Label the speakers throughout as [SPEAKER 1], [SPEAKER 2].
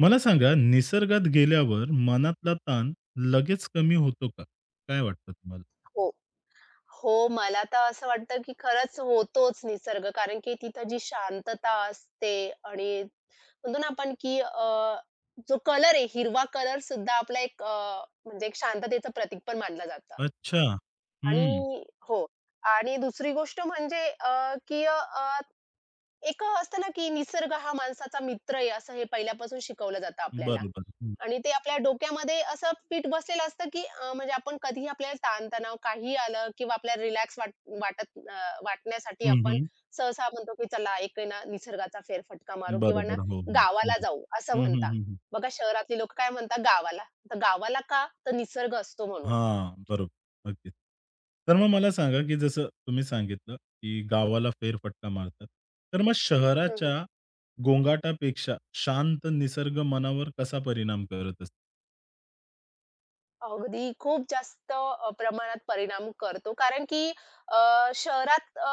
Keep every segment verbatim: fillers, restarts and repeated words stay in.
[SPEAKER 1] मला सांगा, निसर्गात गेल्यावर मनातला ताण लगेच कमी होतो का? काय वाटतं तुम्हाला?
[SPEAKER 2] हो. हो, मला तर असं वाटतं, की खरंच होतोच निसर्ग. कारण की तिथं जी शांतता असते आणि म्हणतो ना आपण, की अ, जो कलर आहे, हिरवा कलर सुद्धा आपला एक अ, म्हणजे एक शांततेचं प्रतीक पण मानलं जातं.
[SPEAKER 1] अच्छा.
[SPEAKER 2] आणि
[SPEAKER 1] हं.
[SPEAKER 2] हो. आणि दुसरी गोष्ट म्हणजे अ, की अ, एक अ, असतं ना, की निसर्ग हा माणसाचा मित्र आहे, असं हे पहिल्यापासून शिकवलं जातं आपल्याला
[SPEAKER 1] बरोबर. हं.
[SPEAKER 2] आणि ते आपल्या डोक्यामध्ये असं पीठ बसलेलं असतं, की अ, म्हणजे आपण कधीही आपल्याला ताणतणाव काहीही आलं किंवा आपल्याला रिलॅक्स वाट वाटत अ, वाटण्यासाठी
[SPEAKER 1] हं,
[SPEAKER 2] आपण
[SPEAKER 1] हं.
[SPEAKER 2] सहसा म्हणतो, की चला एक आहे ना निसर्गाचा फेरफटका मारू किंवा ना
[SPEAKER 1] बरोबर. हो, हो. हं,
[SPEAKER 2] गावाला
[SPEAKER 1] हं.
[SPEAKER 2] जाऊ असं
[SPEAKER 1] हं,
[SPEAKER 2] म्हणता.
[SPEAKER 1] हं, हं,
[SPEAKER 2] बघा शहरातली लोकं काय म्हणतात गावाला. तर गावाला का? तर निसर्ग असतो म्हणून.
[SPEAKER 1] बरोबर. अगदीच. तर मग मला सांगा, की जसं तुम्ही सांगितलं, की गावाला फेरफटका मारतात. तर मग शहराच्या
[SPEAKER 2] हं,
[SPEAKER 1] गोंगाटापेक्षा शांत निसर्ग मनावर कसा परिणाम करत असतो?
[SPEAKER 2] अगदी खूप जास्त अ, प्रमाणात परिणाम करतो. कारण की अ, शहरात अ,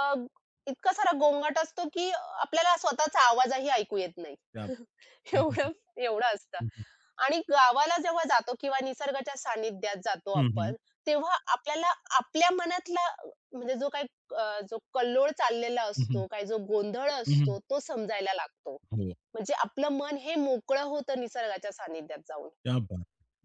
[SPEAKER 2] इतका सारा गोंगाट असतो की आपल्याला स्वतःचा आवाजही ऐकू येत नाही.
[SPEAKER 1] त्या हं, हं, हं.
[SPEAKER 2] एवढं एवढं असतं.
[SPEAKER 1] हं, हं.
[SPEAKER 2] आणि गावाला जेव्हा जातो किंवा निसर्गाच्या सानिध्यात जातो
[SPEAKER 1] हं,
[SPEAKER 2] आपण, तेव्हा आपल्याला आपल्या मनातला म्हणजे जो काही अ, जो कल्लोळ चाललेला
[SPEAKER 1] हं.
[SPEAKER 2] असतो, काही जो गोंधळ असतो, तो समजायला लागतो.
[SPEAKER 1] हो.
[SPEAKER 2] म्हणजे आपलं मन हे मोकळं होतं निसर्गाच्या सानिध्यात जाऊन.
[SPEAKER 1] क्या बात!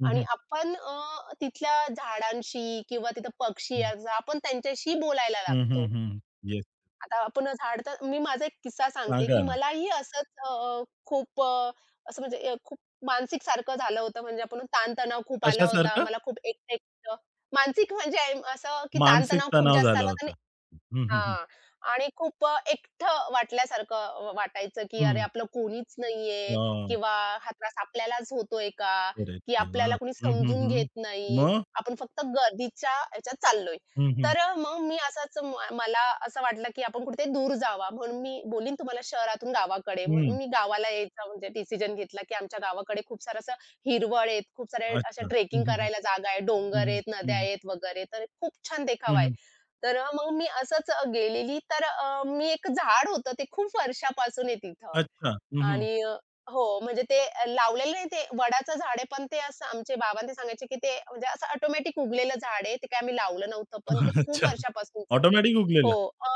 [SPEAKER 2] आणि आपण अ, तिथल्या झाडांशी किंवा तिथं पक्षी याचा आपण त्यांच्याशी बोलायला
[SPEAKER 1] हं, हं,
[SPEAKER 2] लागतो.
[SPEAKER 1] हं. येस.
[SPEAKER 2] आता आपण झाड तर मी माझा एक किस्सा सांगते, की
[SPEAKER 1] सांगा ना.
[SPEAKER 2] मलाही असंच अ, खूप अ, असं म्हणजे अ, खूप मानसिक सारखं झालं होतं. म्हणजे आपण ताणतणाव खूप आला होता.
[SPEAKER 1] कशासारखं?
[SPEAKER 2] मला खूप एकटं-एकटं मानसिक म्हणजे आय- असं, की
[SPEAKER 1] मानसिक
[SPEAKER 2] ताणतणाव खूप
[SPEAKER 1] तणाव
[SPEAKER 2] जास्त
[SPEAKER 1] झाला
[SPEAKER 2] आला
[SPEAKER 1] होता. हं, हं, हं.
[SPEAKER 2] हां. आणि खूप अ, एकटं वाटल्यासारखं वाटायचं, की अरे
[SPEAKER 1] हं.
[SPEAKER 2] आपलं कोणीच नाहीये
[SPEAKER 1] हां.
[SPEAKER 2] किंवा हा त्रास आपल्यालाच होतोय का?
[SPEAKER 1] अरे
[SPEAKER 2] की
[SPEAKER 1] देवा!
[SPEAKER 2] आपल्याला कोणी
[SPEAKER 1] हं, हं,
[SPEAKER 2] समजून
[SPEAKER 1] हं.
[SPEAKER 2] घेत नाही.
[SPEAKER 1] मग?
[SPEAKER 2] आपण फक्त गर्दीच्या ह्याच्यात चाललोय.
[SPEAKER 1] हं, हं.
[SPEAKER 2] तर अ, मग मी असंच म मला असं वाटलं, की आपण कुठेतरी दूर जावा. म्हणून मी बोलीन तुम्हाला शहरातून गावाकडे.
[SPEAKER 1] हं.
[SPEAKER 2] म्हणून मी गावाला यायचा म्हणजे डिसिजन घेतला, की आमच्या गावाकडे खूप सारं असं हिरवळ आहेत, खूप साऱ्या अशा
[SPEAKER 1] अच्छा. हं,
[SPEAKER 2] ट्रेकिंग
[SPEAKER 1] हं, हं.
[SPEAKER 2] करायला जागा आहे,
[SPEAKER 1] हं,
[SPEAKER 2] डोंगर
[SPEAKER 1] हं.
[SPEAKER 2] आहेत,
[SPEAKER 1] हं,
[SPEAKER 2] नद्या
[SPEAKER 1] हं.
[SPEAKER 2] आहेत वगैरे. तर खूप छान
[SPEAKER 1] हं,
[SPEAKER 2] देखावा आहे.
[SPEAKER 1] हं.
[SPEAKER 2] तर अ, मग मी असंच गेलेली तर अ, मी एक झाड होतं ते खूप वर्षापासून आहे तिथं
[SPEAKER 1] अच्छा. हं, हं.
[SPEAKER 2] आणि अ, हो, म्हणजे ते अ, लावलेलं नाही ते वडाचं झाड आहे, पण ते असं आमचे बाबा ते सांगायचे, की ते म्हणजे असं ऑटोमॅटिक उगलेलं झाड आहे. ते काय आम्ही लावलं नव्हतं, पण ते खूप
[SPEAKER 1] अच्छा.
[SPEAKER 2] वर्षापासूनचं आहे.
[SPEAKER 1] ऑटोमॅटिक
[SPEAKER 2] हो.
[SPEAKER 1] उगलेलं.
[SPEAKER 2] अ,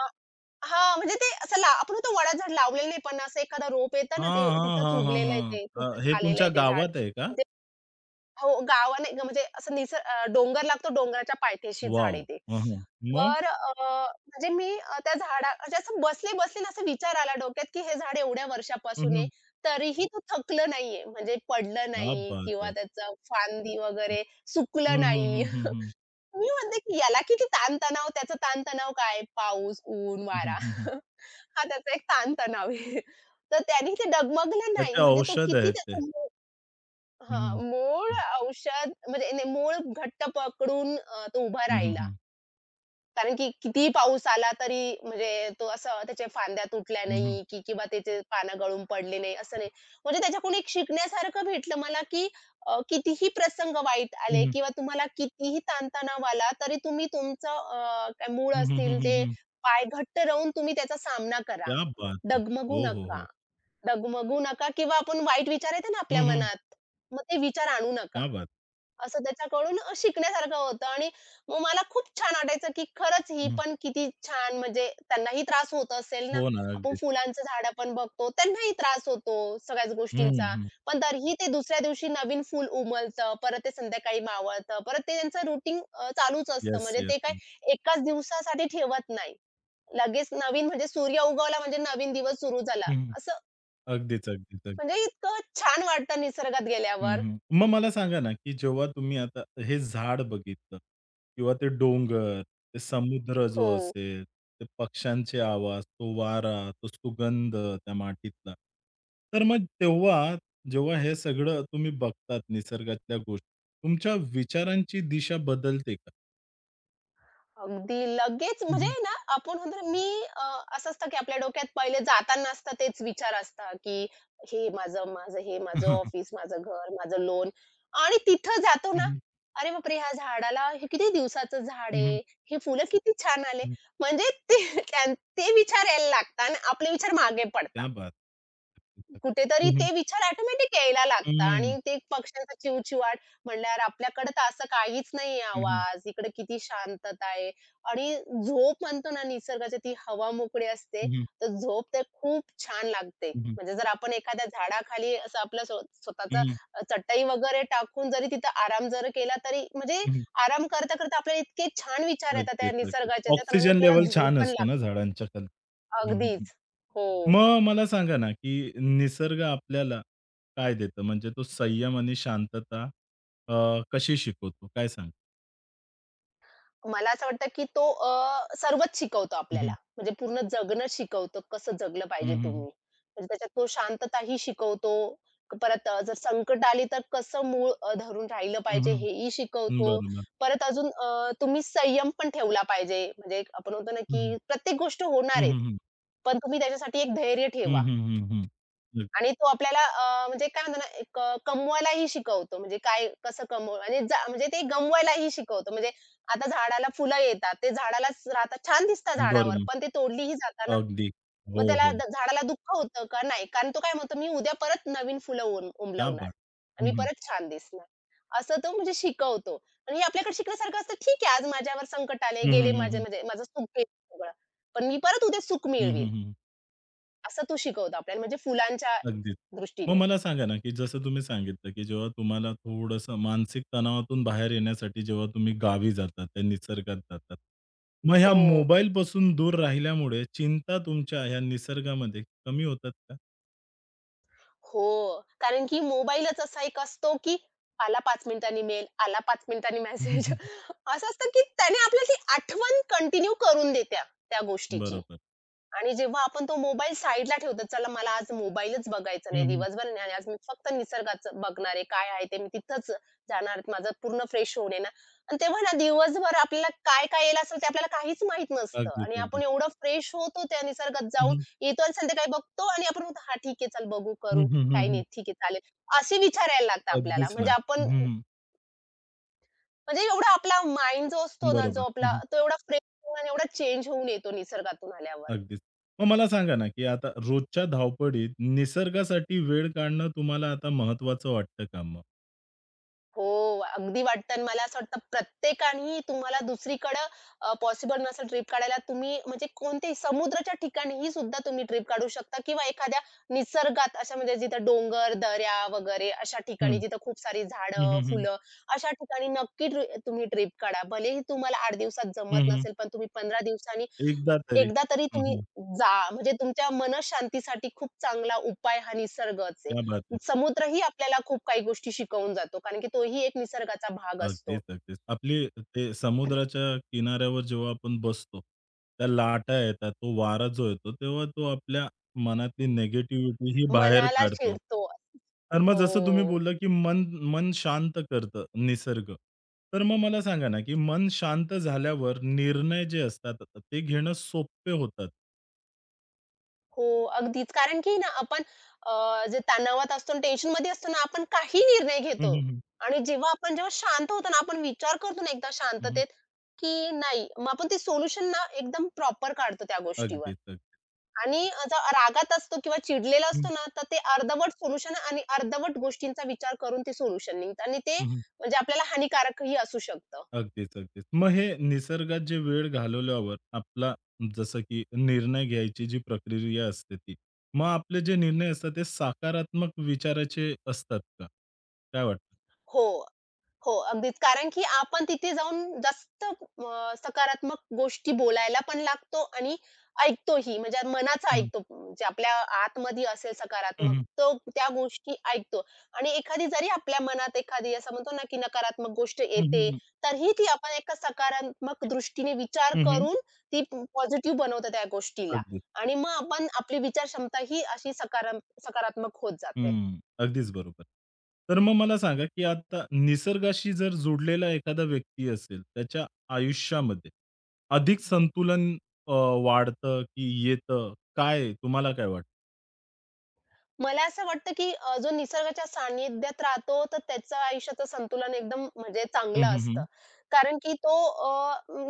[SPEAKER 2] हां, म्हणजे ते असं ला आपण म्हणतो वडाचं झाड लावलेलं नाही, पण असं एखादा रोप येतं ना, ते
[SPEAKER 1] हां, हां,
[SPEAKER 2] तिथंच
[SPEAKER 1] हां, हां,
[SPEAKER 2] उगलेलं आहे ते,
[SPEAKER 1] हां. अ,
[SPEAKER 2] तिथंच
[SPEAKER 1] हे
[SPEAKER 2] आलेलं
[SPEAKER 1] तुमच्या
[SPEAKER 2] आहे ते झाड.
[SPEAKER 1] गावात आहे का?
[SPEAKER 2] हो, गावाने म्हणजे असं निसर अ, डोंगर लागतो, डोंगराच्या पायथ्याशी झाड
[SPEAKER 1] वॉव!
[SPEAKER 2] आहे ते.
[SPEAKER 1] हं, हं. मग?
[SPEAKER 2] तर अ, म्हणजे मी अ, त्या झाडा म्हणजे असं बसले-बसले ना, असा विचार आला डोक्यात, की हे झाड एवढ्या
[SPEAKER 1] हं,
[SPEAKER 2] वर्षापासून आहे,
[SPEAKER 1] हं.
[SPEAKER 2] तरीही तो थकलं नाहीये. म्हणजे पडलं
[SPEAKER 1] क्या
[SPEAKER 2] नाही
[SPEAKER 1] बात
[SPEAKER 2] किंवा
[SPEAKER 1] है!
[SPEAKER 2] त्याचं फांदी वगैरे
[SPEAKER 1] हं,
[SPEAKER 2] सुकलं
[SPEAKER 1] हं,
[SPEAKER 2] नाही.
[SPEAKER 1] हं, हं, हं, हं.
[SPEAKER 2] मी म्हणते, की याला किती ताणतणाव, त्याचा ताणतणाव काय? पाऊस, ऊन,
[SPEAKER 1] हं, हं,
[SPEAKER 2] वारा
[SPEAKER 1] हं, हं.
[SPEAKER 2] हा त्याचा एक ताणतणाव आहे. तर त्याने ते डगमगलं नाही.
[SPEAKER 1] त्याचे
[SPEAKER 2] म्हणजे तो
[SPEAKER 1] औषध
[SPEAKER 2] किती
[SPEAKER 1] आहेत ते.
[SPEAKER 2] त्याचं
[SPEAKER 1] हं, हं.
[SPEAKER 2] हां, मूळ औषध म्हणजे नाही मूळ घट्ट पकडून अ, तो उभा
[SPEAKER 1] हं, हं,
[SPEAKER 2] राहिला.
[SPEAKER 1] हं.
[SPEAKER 2] कारण की कितीही पाऊस आला तरी म्हणजे तो असं त्याच्या फांद्या तुटल्या
[SPEAKER 1] हं, हं.
[SPEAKER 2] नाही की किंवा त्याचे पानं गळून पडले नाही, असं नाही. म्हणजे त्याच्याकडून एक शिकण्यासारखं भेटलं मला की अ, कितीही प्रसंग वाईट
[SPEAKER 1] हं,
[SPEAKER 2] आले
[SPEAKER 1] हं.
[SPEAKER 2] किंवा तुम्हाला कितीही ताणतणाव आला तरी तुम्ही तुमचं अ, काय मूळ
[SPEAKER 1] हं, हं, हं,
[SPEAKER 2] असतील
[SPEAKER 1] हं,
[SPEAKER 2] ते
[SPEAKER 1] हं.
[SPEAKER 2] पाय घट्ट राहून तुम्ही त्याचा सामना करा.
[SPEAKER 1] क्या बात है!
[SPEAKER 2] डगमगू
[SPEAKER 1] हो, हो,
[SPEAKER 2] नका.
[SPEAKER 1] हो.
[SPEAKER 2] डगमगू नका किंवा आपण वाईट विचार येतात ना
[SPEAKER 1] हं,
[SPEAKER 2] आपल्या
[SPEAKER 1] हं.
[SPEAKER 2] मनात, मग ते विचार आणू नका.
[SPEAKER 1] क्या बात!
[SPEAKER 2] असं त्याच्याकडून अ, शिकण्यासारखं होतं आणि मग मला खूप छान वाटायचं, की खरंच ही
[SPEAKER 1] आहे. हं.
[SPEAKER 2] पण किती छान म्हणजे त्यांनाही त्रास होत असेल ना.
[SPEAKER 1] हो ना,
[SPEAKER 2] आपण
[SPEAKER 1] अगदीच.
[SPEAKER 2] फुलांचं झाडं पण बघतो, त्यांनाही त्रास होतो सगळ्याच
[SPEAKER 1] हं,
[SPEAKER 2] गोष्टींचा.
[SPEAKER 1] हं.
[SPEAKER 2] पण तरीही ते दुसऱ्या दिवशी नवीन फूल उमलतं, परत ते संध्याकाळी मावळतं, परत ते त्यांचं रूटीन चालूच असतं.
[SPEAKER 1] येस,
[SPEAKER 2] म्हणजे
[SPEAKER 1] येस.
[SPEAKER 2] ते काय एकाच दिवसासाठी ठेवत नाही. लगेच नवीन म्हणजे सूर्य उगवला म्हणजे नवीन दिवस सुरू झाला,
[SPEAKER 1] हं, हं.
[SPEAKER 2] असं
[SPEAKER 1] अगदीच, अगदीच, अगदीच.
[SPEAKER 2] म्हणजे इतकं छान वाटतं निसर्गात
[SPEAKER 1] हं,
[SPEAKER 2] गेल्यावर.
[SPEAKER 1] हं. मग मला सांगा ना, की जेव्हा तुम्ही आता हे झाड बघितलं किंवा ते डोंगर, ते समुद्र
[SPEAKER 2] हो.
[SPEAKER 1] जो असेल, ते पक्ष्यांचे आवाज, तो वारा, तो सुगंध त्या मातीतला. तर मग तेव्हा, जेव्हा हे सगळं तुम्ही बघतात निसर्गातल्या गोष्टी, तुमच्या विचारांची दिशा बदलते का?
[SPEAKER 2] अगदी लगेच
[SPEAKER 1] हं,
[SPEAKER 2] म्हणजे
[SPEAKER 1] हं.
[SPEAKER 2] ना, आपण म्हणतो ना, मी अ, असं असतं की आपल्या डोक्यात पहिले जाताना असतं तेच विचार असतात, की हे माझं, माझं हे, माझं
[SPEAKER 1] Mhm.
[SPEAKER 2] ऑफिस, माझं घर, माझं लोन आणि तिथं जातो ना, अरे बापरे! ह्या झाडाला हे किती दिवसाचं झाड
[SPEAKER 1] Mhm.
[SPEAKER 2] आहे, हे फुलं किती छान आले.
[SPEAKER 1] Mhm.
[SPEAKER 2] म्हणजे ते त्यां ते विचार यायला लागतात आणि आपले विचार मागे
[SPEAKER 1] क्या
[SPEAKER 2] पडतात.
[SPEAKER 1] बात
[SPEAKER 2] कुठेतरी
[SPEAKER 1] है! हं,
[SPEAKER 2] ते
[SPEAKER 1] हं.
[SPEAKER 2] विचार ऑटोमॅटिक यायला
[SPEAKER 1] हं,
[SPEAKER 2] लागतात
[SPEAKER 1] हं.
[SPEAKER 2] आणि ते पक्ष्यांचा चिवचिवाट म्हणल्यावर आपल्याकडे तर असं काहीच नाहीये
[SPEAKER 1] हं, हं.
[SPEAKER 2] आवाज, इकडे किती शांतता आहे आणि झोप म्हणतो ना निसर्गाची ती हवा मोकळी असते, तर झोप ते खूप छान लागते. म्हणजे जर आपण एखाद्या झाडाखाली असं आपलं स्व स्वतःचा अ, चटई वगैरे टाकून जरी तिथं आराम जर केला तरी म्हणजे
[SPEAKER 1] हं, हं.
[SPEAKER 2] आराम करता-करता आपल्याला इतके छान विचार येतात त्या
[SPEAKER 1] अगदीच, अगदीच.
[SPEAKER 2] निसर्गाच्या, त्याच्यानं
[SPEAKER 1] ऑक्सिजन
[SPEAKER 2] आपल्याला
[SPEAKER 1] लेव्हल
[SPEAKER 2] झोप
[SPEAKER 1] छान
[SPEAKER 2] पण
[SPEAKER 1] असतो ना
[SPEAKER 2] लागते.
[SPEAKER 1] झाडांच्या खाली. हं, हं, हं.
[SPEAKER 2] अगदीच. हो.
[SPEAKER 1] मग मला सांगा ना, की निसर्ग आपल्याला काय देतं? म्हणजे तो संयम आणि शांतता अ, कशी शिकवतो? काय सांग?
[SPEAKER 2] मला असं वाटतं, की तो अ, सर्वच शिकवतो
[SPEAKER 1] हं, हं.
[SPEAKER 2] आपल्याला. म्हणजे पूर्ण जगणं शिकवतो, कसं जगलं
[SPEAKER 1] हं,
[SPEAKER 2] पाहिजे
[SPEAKER 1] हं, हं.
[SPEAKER 2] तुम्ही. म्हणजे त्याच्यात तो शांतताही शिकवतो. परत अ, जर संकट आली तर कसं मूळ अ, धरून राहिलं पाहिजे
[SPEAKER 1] हं,
[SPEAKER 2] हेही
[SPEAKER 1] हं.
[SPEAKER 2] शिकवतो.
[SPEAKER 1] बरोबर.
[SPEAKER 2] परत अजून अ, तुम्ही संयम पण ठेवला पाहिजे. म्हणजे एक आपण म्हणतो ना,
[SPEAKER 1] हं, हं.
[SPEAKER 2] की प्रत्येक गोष्ट
[SPEAKER 1] हं,
[SPEAKER 2] होणार आहेत.
[SPEAKER 1] हं, हं.
[SPEAKER 2] पण तुम्ही त्याच्यासाठी एक धैर्य
[SPEAKER 1] हं,
[SPEAKER 2] ठेवा.
[SPEAKER 1] हं, हं, हं. हं.
[SPEAKER 2] आणि तो आपल्याला अ, म्हणजे काय म्हणतो ना, एक अ, कमवायलाही शिकवतो. म्हणजे काय कसं कमव आणि जा म्हणजे ते गमवायलाही शिकवतो. म्हणजे आता झाडाला फुलं येतात, ते झाडालाच राहतात. छान दिसतात झाडावर,
[SPEAKER 1] बरोबर.
[SPEAKER 2] पण ते तोडलीही जातात ना.
[SPEAKER 1] अगदी. हो,
[SPEAKER 2] मग त्याला
[SPEAKER 1] हो.
[SPEAKER 2] द झाडाला दुःख होतं का? नाही. कारण तो काय म्हणतो, "मी उद्या परत नवीन फुलं उम
[SPEAKER 1] क्या
[SPEAKER 2] उमलवणार
[SPEAKER 1] बात!
[SPEAKER 2] आणि मी
[SPEAKER 1] हं, हं.
[SPEAKER 2] परत छान दिसणार." असं तो म्हणजे शिकवतो आणि हे आपल्याकडे शिकण्यासारखं असतं. ठीक आहे, आज माझ्यावर संकट आले,
[SPEAKER 1] हं,
[SPEAKER 2] गेले
[SPEAKER 1] हं, हं,
[SPEAKER 2] माझे
[SPEAKER 1] हं.
[SPEAKER 2] म्हणजे माझं सुख गेलं सगळं. पण मी परत उद्या सुख
[SPEAKER 1] हं,
[SPEAKER 2] मिळवीन.
[SPEAKER 1] हं, हं.
[SPEAKER 2] असं तो शिकवतो आपल्याला म्हणजे फुलांच्या
[SPEAKER 1] अगदीच. मग
[SPEAKER 2] दृष्टीने.
[SPEAKER 1] मला सांगा ना, की जसं तुम्ही सांगितलं, की जेव्हा तुम्हाला थोडंसं मानसिक तणावातून बाहेर येण्यासाठी जेव्हा तुम्ही गावी जातात, त्या निसर्गात जातात. मग ह्या
[SPEAKER 2] हो.
[SPEAKER 1] मोबाईलपासून दूर राहिल्यामुळे चिंता तुमच्या ह्या निसर्गामध्ये कमी होतात का?
[SPEAKER 2] हो. कारण की मोबाईलच असा एक असतो, की आला पाच मिनिटांनी मेल, आला पाच मिनिटांनी
[SPEAKER 1] हं,
[SPEAKER 2] मेसेज
[SPEAKER 1] हं.
[SPEAKER 2] असं असतं, की त्याने आपल्याला ती आठवण कंटिन्यू करून देत्या त्या गोष्टीची.
[SPEAKER 1] बरोबर.
[SPEAKER 2] आणि जेव्हा आपण तो मोबाईल साईडला ठेवतो, चला मला आज मोबाईलच बघायचा नाही
[SPEAKER 1] हं, हं.
[SPEAKER 2] दिवसभर आणि आज मी फक्त निसर्गाचं बघणार आहे, काय आहे ते मी तिथंच जाणार आहे. माझं पूर्ण फ्रेश होऊन आहे ना आणि तेव्हा ना दिवसभर आपल्याला काय-काय येईल असेल ते आपल्याला काहीच माहीत नसतं
[SPEAKER 1] अगदीच,
[SPEAKER 2] आणि आपण
[SPEAKER 1] अगदीच.
[SPEAKER 2] एवढं फ्रेश होतो त्या निसर्गात
[SPEAKER 1] हं,
[SPEAKER 2] जाऊन,
[SPEAKER 1] हं.
[SPEAKER 2] येतो आणि संध्याकाळी बघतो आणि आपण म्हणतो, "हां, ठीक आहे, चल बघू,
[SPEAKER 1] हं,
[SPEAKER 2] करू,
[SPEAKER 1] हं,
[SPEAKER 2] काही
[SPEAKER 1] हं,
[SPEAKER 2] नाही, ठीक आहे, चालेल." असे विचार यायला लागतात आपल्याला.
[SPEAKER 1] अगदीच
[SPEAKER 2] म्हणजे
[SPEAKER 1] ना.
[SPEAKER 2] आपण
[SPEAKER 1] हं, हं.
[SPEAKER 2] म्हणजे एवढा आपला माइंड जो असतो ना, जो
[SPEAKER 1] बरोबर. हं,
[SPEAKER 2] आपला
[SPEAKER 1] हं.
[SPEAKER 2] तो एवढा फ्रेश होऊन आणि एवढा चेंज होऊन येतो निसर्गातून आल्यावर.
[SPEAKER 1] अगदीच. मग मला सांगा ना, की आता रोजच्या धावपळीत निसर्गासाठी वेळ काढणं तुम्हाला आता महत्त्वाचं वाटतं का मग?
[SPEAKER 2] हो, अगदी वाटतं आणि मला असं वाटतं प्रत्येकाने तुम्हाला दुसरीकडं अ, पॉसिबल नसेल ट्रिप काढायला, तुम्ही म्हणजे कोणत्याही समुद्राच्या ठिकाणीही सुद्धा तुम्ही ट्रिप काढू शकता किंवा एखाद्या निसर्गात अशा म्हणजे जिथं डोंगर, दऱ्या वगैरे अशा ठिकाणी जिथं खूप सारी
[SPEAKER 1] हं,
[SPEAKER 2] झाडं,
[SPEAKER 1] हं, हं.
[SPEAKER 2] फुलं अशा ठिकाणी नक्की ट्रि तुम्ही ट्रिप काढा. भलेही तुम्हाला आठ दिवसात
[SPEAKER 1] हं,
[SPEAKER 2] जमत
[SPEAKER 1] हं.
[SPEAKER 2] नसेल, पण तुम्ही पंधरा दिवसांनी
[SPEAKER 1] एकदा तरी.
[SPEAKER 2] एकदा तरी
[SPEAKER 1] हं,
[SPEAKER 2] तुम्ही
[SPEAKER 1] हं.
[SPEAKER 2] जा. म्हणजे तुमच्या मनःशांतीसाठी खूप चांगला उपाय हा निसर्गच आहे.
[SPEAKER 1] क्या बात है!
[SPEAKER 2] समुद्रही आपल्याला खूप काही गोष्टी शिकवून जातो. कारण की तोही एक निसर्गाचा भाग
[SPEAKER 1] अगदीच,
[SPEAKER 2] असतो.
[SPEAKER 1] अगदीच. आपली ते समुद्राच्या किनाऱ्यावर जेव्हा आपण बसतो, त्या लाटा येतात, तो वारा जो येतो, तेव्हा तो आपल्या मनातली निगेटिव्हिटी ही बाहेर
[SPEAKER 2] मनाला
[SPEAKER 1] काढतो.
[SPEAKER 2] चिरतो.
[SPEAKER 1] तर मग
[SPEAKER 2] हो.
[SPEAKER 1] जसं तुम्ही बोलला, की मन मन शांत करतं निसर्ग. तर मग मला सांगा ना, की मन शांत झाल्यावर निर्णय जे असतात, ते घेणं सोपे होतात.
[SPEAKER 2] हो, अगदीच. कारण की ना आपण अ, जे तणावात असतो आणि टेन्शनमध्ये असतो ना, आपण काही निर्णय
[SPEAKER 1] हं,
[SPEAKER 2] घेतो
[SPEAKER 1] हं, हं.
[SPEAKER 2] आणि जेव्हा आपण जेव्हा शांत होतो ना, आपण विचार करतो ना एकदा
[SPEAKER 1] हं, हं.
[SPEAKER 2] शांततेत, की नाही मग आपण ते सोल्युशन ना एकदम प्रॉपर काढतो त्या गोष्टीवर.
[SPEAKER 1] अगदीच, अगदीच.
[SPEAKER 2] आणि अ, जो रागात असतो किंवा चिडलेला असतो
[SPEAKER 1] हं,
[SPEAKER 2] ना, तर ते अर्धवट सोल्युशन आणि अर्धवट गोष्टींचा विचार करून ते सोल्युशन निघतं आणि ते
[SPEAKER 1] हं, हं.
[SPEAKER 2] म्हणजे आपल्याला हानिकारकही असू शकतं.
[SPEAKER 1] अगदीच, अगदीच. मग हे निसर्गात जे वेळ घालवल्यावर आपला जसं की निर्णय घ्यायची जी प्रक्रिया असते ती. मग आपले जे निर्णय असतात ते सकारात्मक विचाराचे असतात का? काय वाटतं?
[SPEAKER 2] हो. हो, अगदीच. कारण की आपण तिथे जाऊन जास्त अ, सकारात्मक गोष्टी बोलायला पण लागतो आणि ऐकतोही. म्हणजे मनाचं
[SPEAKER 1] हं,
[SPEAKER 2] ऐकतो. म्हणजे आपल्या आतमध्ये असेल
[SPEAKER 1] हं,
[SPEAKER 2] सकारात्मक,
[SPEAKER 1] हं.
[SPEAKER 2] तो त्या गोष्टी ऐकतो. आणि एखादी जरी आपल्या मनात एखादी असं म्हणतो ना, की नकारात्मक गोष्ट
[SPEAKER 1] हं,
[SPEAKER 2] येते,
[SPEAKER 1] हं,
[SPEAKER 2] तरीही ती आपण एका सकारात्मक दृष्टीने विचार करून ती पॉझिटिव्ह बनवतो त्या गोष्टीला.
[SPEAKER 1] अगदीच.
[SPEAKER 2] आणि मग आपण आपली विचारक्षमता ही अशी सकाराम सकारात्मक होत जाते.
[SPEAKER 1] हं. अगदीच बरोबर. तर मग मला सांगा, की आता निसर्गाशी जर जोडलेला एखादा व्यक्ती असेल, त्याच्या आयुष्यामध्ये अधिक संतुलन अ, वाढतं की येतं? काय तुम्हाला काय वाटतं?
[SPEAKER 2] मला असं वाटतं, की अ, जो निसर्गाच्या सानिध्यात राहतो, तर त्याचं आयुष्याचं संतुलन एकदम म्हणजे
[SPEAKER 1] हं,
[SPEAKER 2] चांगलं
[SPEAKER 1] हं, हं.
[SPEAKER 2] असतं. कारण की तो अ,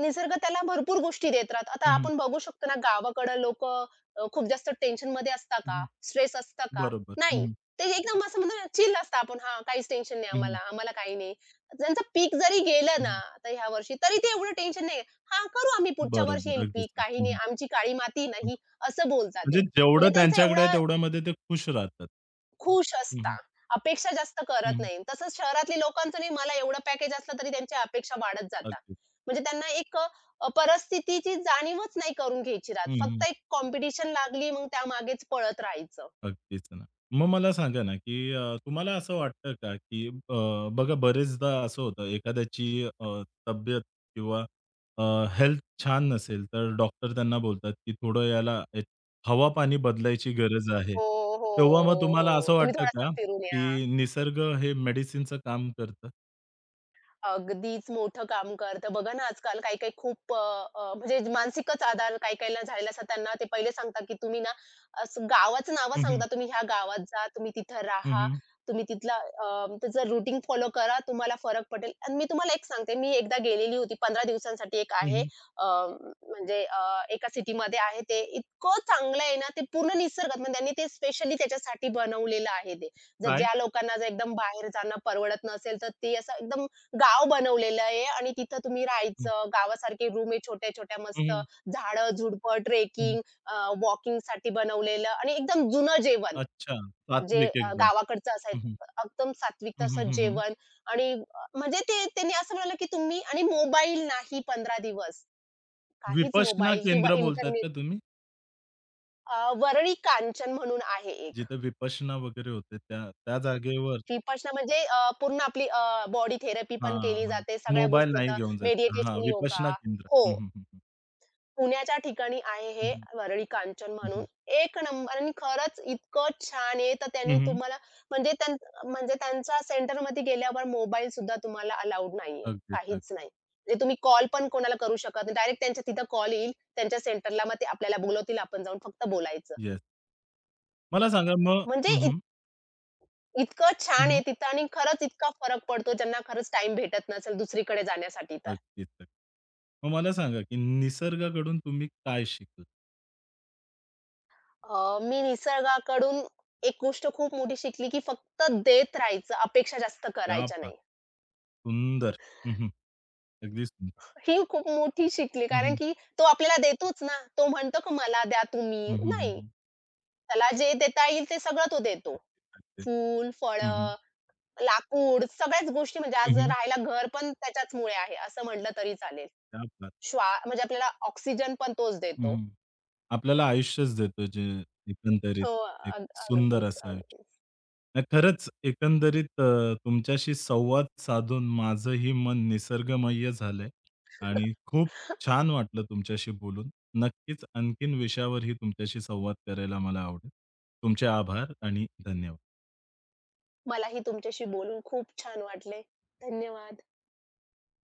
[SPEAKER 2] निसर्ग त्याला भरपूर गोष्टी देत राहतो. आता
[SPEAKER 1] हं, हं.
[SPEAKER 2] आपण बघू शकतो ना, गावाकडं लोक अ, खूप जास्त टेन्शनमध्ये असतात का? स्ट्रेस असतं का?
[SPEAKER 1] बरोबर. हं,
[SPEAKER 2] नाही.
[SPEAKER 1] हं.
[SPEAKER 2] ते एकदम असं म्हणतो ना, चिल असतं आपण. हां, काहीच टेन्शन नाही
[SPEAKER 1] हं, हं.
[SPEAKER 2] आम्हाला, आम्हाला काही नाही. त्यांचं पीक जरी गेलं
[SPEAKER 1] हं,
[SPEAKER 2] ना,
[SPEAKER 1] हं.
[SPEAKER 2] आता ह्या वर्षी, तरी ते एवढं टेन्शन नाही. हां, करू आम्ही पुढच्या वर्षी
[SPEAKER 1] बरोबर.
[SPEAKER 2] येईल
[SPEAKER 1] अगदीच
[SPEAKER 2] पीक,
[SPEAKER 1] ना.
[SPEAKER 2] काही
[SPEAKER 1] हं,
[SPEAKER 2] नाही,
[SPEAKER 1] हं.
[SPEAKER 2] आमची काळी माती नाही, असं बोलतात
[SPEAKER 1] म्हणजे
[SPEAKER 2] ते.
[SPEAKER 1] जेवढं
[SPEAKER 2] म्हणजे त्यांचा
[SPEAKER 1] त्यांच्याकडे आहे
[SPEAKER 2] एवढा
[SPEAKER 1] तेवढ्यामध्ये ते खुश राहतात.
[SPEAKER 2] खुश
[SPEAKER 1] हं,
[SPEAKER 2] असता.
[SPEAKER 1] हं.
[SPEAKER 2] अपेक्षा जास्त
[SPEAKER 1] हं,
[SPEAKER 2] करत
[SPEAKER 1] हं.
[SPEAKER 2] नाही. तसंच शहरातली लोकांचं नाही मला एवढं पॅकेज असलं तरी त्यांच्या अपेक्षा वाढत जातात. म्हणजे त्यांना एक अ, परिस्थितीची जाणीवच नाही करून घ्यायची
[SPEAKER 1] हं,
[SPEAKER 2] राहत.
[SPEAKER 1] हं.
[SPEAKER 2] फक्त एक कॉम्पिटिशन लागली मग त्यामागेच पळत राहायचं.
[SPEAKER 1] अगदीच ना. मग मला सांगा ना, की अ, तुम्हाला असं वाटतं का, की अ, बघा बरेचदा असं होतं एखाद्याची अ, तब्येत किंवा अ, हेल्थ छान नसेल तर डॉक्टर त्यांना बोलतात, की थोडं याला एक हवा-पाणी बदलायची गरज आहे.
[SPEAKER 2] हो, हो,
[SPEAKER 1] तेव्हा मग
[SPEAKER 2] हो,
[SPEAKER 1] तुम्हाला
[SPEAKER 2] हो.
[SPEAKER 1] असं
[SPEAKER 2] तुम्ही
[SPEAKER 1] वाटतं
[SPEAKER 2] थोडासा
[SPEAKER 1] का,
[SPEAKER 2] फिरून या.
[SPEAKER 1] की निसर्ग हे मेडिसिनचं काम करतं?
[SPEAKER 2] अगदीच मोठं काम कर. तर बघा ना आजकाल काही-काही खूप अ, अ, म्हणजे मानसिकच आधार काही-काहींना झालेला असतात. त्यांना ते पहिले सांगतात, की तुम्ही ना असं गावाचं नावं
[SPEAKER 1] हं, हं.
[SPEAKER 2] सांगता, "तुम्ही ह्या गावात जा, तुम्ही तिथं
[SPEAKER 1] हं,
[SPEAKER 2] राहा,
[SPEAKER 1] हं.
[SPEAKER 2] तुम्ही तिथला अ, त्याचं रुटीन फॉलो करा, तुम्हाला फरक पडेल." आणि मी तुम्हाला एक सांगते, मी एकदा गेलेली होती पंधरा दिवसांसाठी एक
[SPEAKER 1] हं,
[SPEAKER 2] आहे
[SPEAKER 1] हं.
[SPEAKER 2] अ, म्हणजे अ, एका सिटीमध्ये आहे ते. इतकं चांगलं आहे ना, ते पूर्ण निसर्गात म्हणजे त्यांनी ते स्पेशली त्याच्यासाठी बनवलेलं आहे ते. जर
[SPEAKER 1] काय?
[SPEAKER 2] ज्या लोकांना जर एकदम बाहेर जाणं परवडत नसेल, तर ते असं एकदम गाव बनवलेलं आहे आणि तिथं तुम्ही
[SPEAKER 1] हं,
[SPEAKER 2] राहायचं. गावासारखे रूम आहे छोट्या-छोट्या
[SPEAKER 1] हं,
[SPEAKER 2] मस्त.
[SPEAKER 1] हं,
[SPEAKER 2] झाडं, झुडपं, ट्रेकिंग अ, वॉकिंगसाठी बनवलेलं आणि एकदम जुनं जेवण
[SPEAKER 1] अच्छा,
[SPEAKER 2] जे
[SPEAKER 1] सात्विक
[SPEAKER 2] अ,
[SPEAKER 1] एकदम.
[SPEAKER 2] गावाकडचं
[SPEAKER 1] हं,
[SPEAKER 2] असायचं.
[SPEAKER 1] हं.
[SPEAKER 2] एकदम सात्विक
[SPEAKER 1] हं, हं,
[SPEAKER 2] असं
[SPEAKER 1] हं, हं.
[SPEAKER 2] जेवण आणि अ, म्हणजे ते त्यांनी असं म्हणालं, की तुम्ही आणि मोबाईल नाही पंधरा दिवस. काहीच
[SPEAKER 1] विपश्यना
[SPEAKER 2] मोबाईल किंवा
[SPEAKER 1] केंद्र बोलतायत
[SPEAKER 2] इंटरनेट.
[SPEAKER 1] का तुम्ही?
[SPEAKER 2] अ, वरळी कांचन म्हणून आहे एक.
[SPEAKER 1] जिथे विपश्यना वगैरे होते त्या त्या जागेवर
[SPEAKER 2] विपश्यना म्हणजे अ, पूर्ण आपली बॉडी थेरपी
[SPEAKER 1] हां,
[SPEAKER 2] पण केली
[SPEAKER 1] हां.
[SPEAKER 2] जाते. सगळ्या
[SPEAKER 1] मोबाईल
[SPEAKER 2] गोष्टी
[SPEAKER 1] नाही
[SPEAKER 2] होतात.
[SPEAKER 1] घेऊन जायचा. हां,
[SPEAKER 2] मेडिटेशन, योगा.
[SPEAKER 1] विपश्यना केंद्र.
[SPEAKER 2] हो.
[SPEAKER 1] हं, हं, हं.
[SPEAKER 2] पुण्याच्या ठिकाणी आहे
[SPEAKER 1] हं,
[SPEAKER 2] हे
[SPEAKER 1] हं.
[SPEAKER 2] वरळी कांचन
[SPEAKER 1] हं, हं.
[SPEAKER 2] म्हणून. एक नंबर आणि खरंच इतकं छान आहे. तर
[SPEAKER 1] हं,
[SPEAKER 2] त्यांनी
[SPEAKER 1] हं.
[SPEAKER 2] तुम्हाला म्हणजे त्यां म्हणजे त्यांच्या सेंटरमध्ये गेल्यावर मोबाईलसुद्धा तुम्हाला अलाउड नाहीये.
[SPEAKER 1] अगदीच, अगदीच.
[SPEAKER 2] काहीच नाही. म्हणजे तुम्ही कॉल पण कोणाला करू शकत नाही. डायरेक्ट त्यांच्या तिथं कॉल येईल. त्यांच्या सेंटरला मग ते आपल्याला बोलवतील. आपण जाऊन फक्त बोलायचं.
[SPEAKER 1] येस. मला सांगा मग
[SPEAKER 2] म्हणजे
[SPEAKER 1] हं,
[SPEAKER 2] इत
[SPEAKER 1] हं.
[SPEAKER 2] इतकं छान
[SPEAKER 1] हं,
[SPEAKER 2] आहे
[SPEAKER 1] हं.
[SPEAKER 2] तिथं आणि खरंच इतका फरक पडतो ज्यांना खरंच टाईम भेटत नसेल दुसरीकडे जाण्यासाठी तर.
[SPEAKER 1] अगदीच, अगदीच. मग मला सांगा, की निसर्गाकडून तुम्ही काय शिकलात?
[SPEAKER 2] अ, मी निसर्गाकडून एक गोष्ट खूप मोठी शिकली, की फक्त देत राहायचं, अपेक्षा जास्त
[SPEAKER 1] क्या
[SPEAKER 2] करायच्या
[SPEAKER 1] बात!
[SPEAKER 2] नाही.
[SPEAKER 1] सुंदर. हं, हं. अगदी सुंदर.
[SPEAKER 2] ही खूप मोठी शिकली,
[SPEAKER 1] हं,
[SPEAKER 2] कारण
[SPEAKER 1] हं.
[SPEAKER 2] की तो आपल्याला देतोच ना. तो म्हणतो की मला द्या
[SPEAKER 1] हं,
[SPEAKER 2] तुम्ही.
[SPEAKER 1] हं, हं,
[SPEAKER 2] नाही,
[SPEAKER 1] हं.
[SPEAKER 2] त्याला जे देता येईल ते सगळं तो देतो.
[SPEAKER 1] नक्कीच, नक्कीच.
[SPEAKER 2] फूल,
[SPEAKER 1] हं, हं.
[SPEAKER 2] फळं, लाकूड सगळ्याच गोष्टी म्हणजे
[SPEAKER 1] हं,
[SPEAKER 2] आज
[SPEAKER 1] हं.
[SPEAKER 2] राहायला घर पण त्याच्याचमुळे आहे, असं म्हटलं तरी चालेल.
[SPEAKER 1] क्या बात!
[SPEAKER 2] श्वा म्हणजे आपल्याला ऑक्सिजन पण तोच
[SPEAKER 1] हं,
[SPEAKER 2] देतो.
[SPEAKER 1] हं. आपल्याला आयुष्यच देतो जे एकंदरीत
[SPEAKER 2] हो,
[SPEAKER 1] एक
[SPEAKER 2] अग
[SPEAKER 1] सुंदर
[SPEAKER 2] अगदीच,
[SPEAKER 1] असं आयुष्य.
[SPEAKER 2] अगदीच.
[SPEAKER 1] नाही खरंच एकंदरीत अ, तुमच्याशी संवाद साधून माझंही मन निसर्गमय झालंय आणि खूप छान वाटलं तुमच्याशी बोलून. नक्कीच आणखीन विषयावरही तुमच्याशी संवाद करायला मला आवडेल. तुमचे आभार आणि धन्यवाद.
[SPEAKER 2] मलाही तुमच्याशी बोलून खूप छान वाटले. धन्यवाद.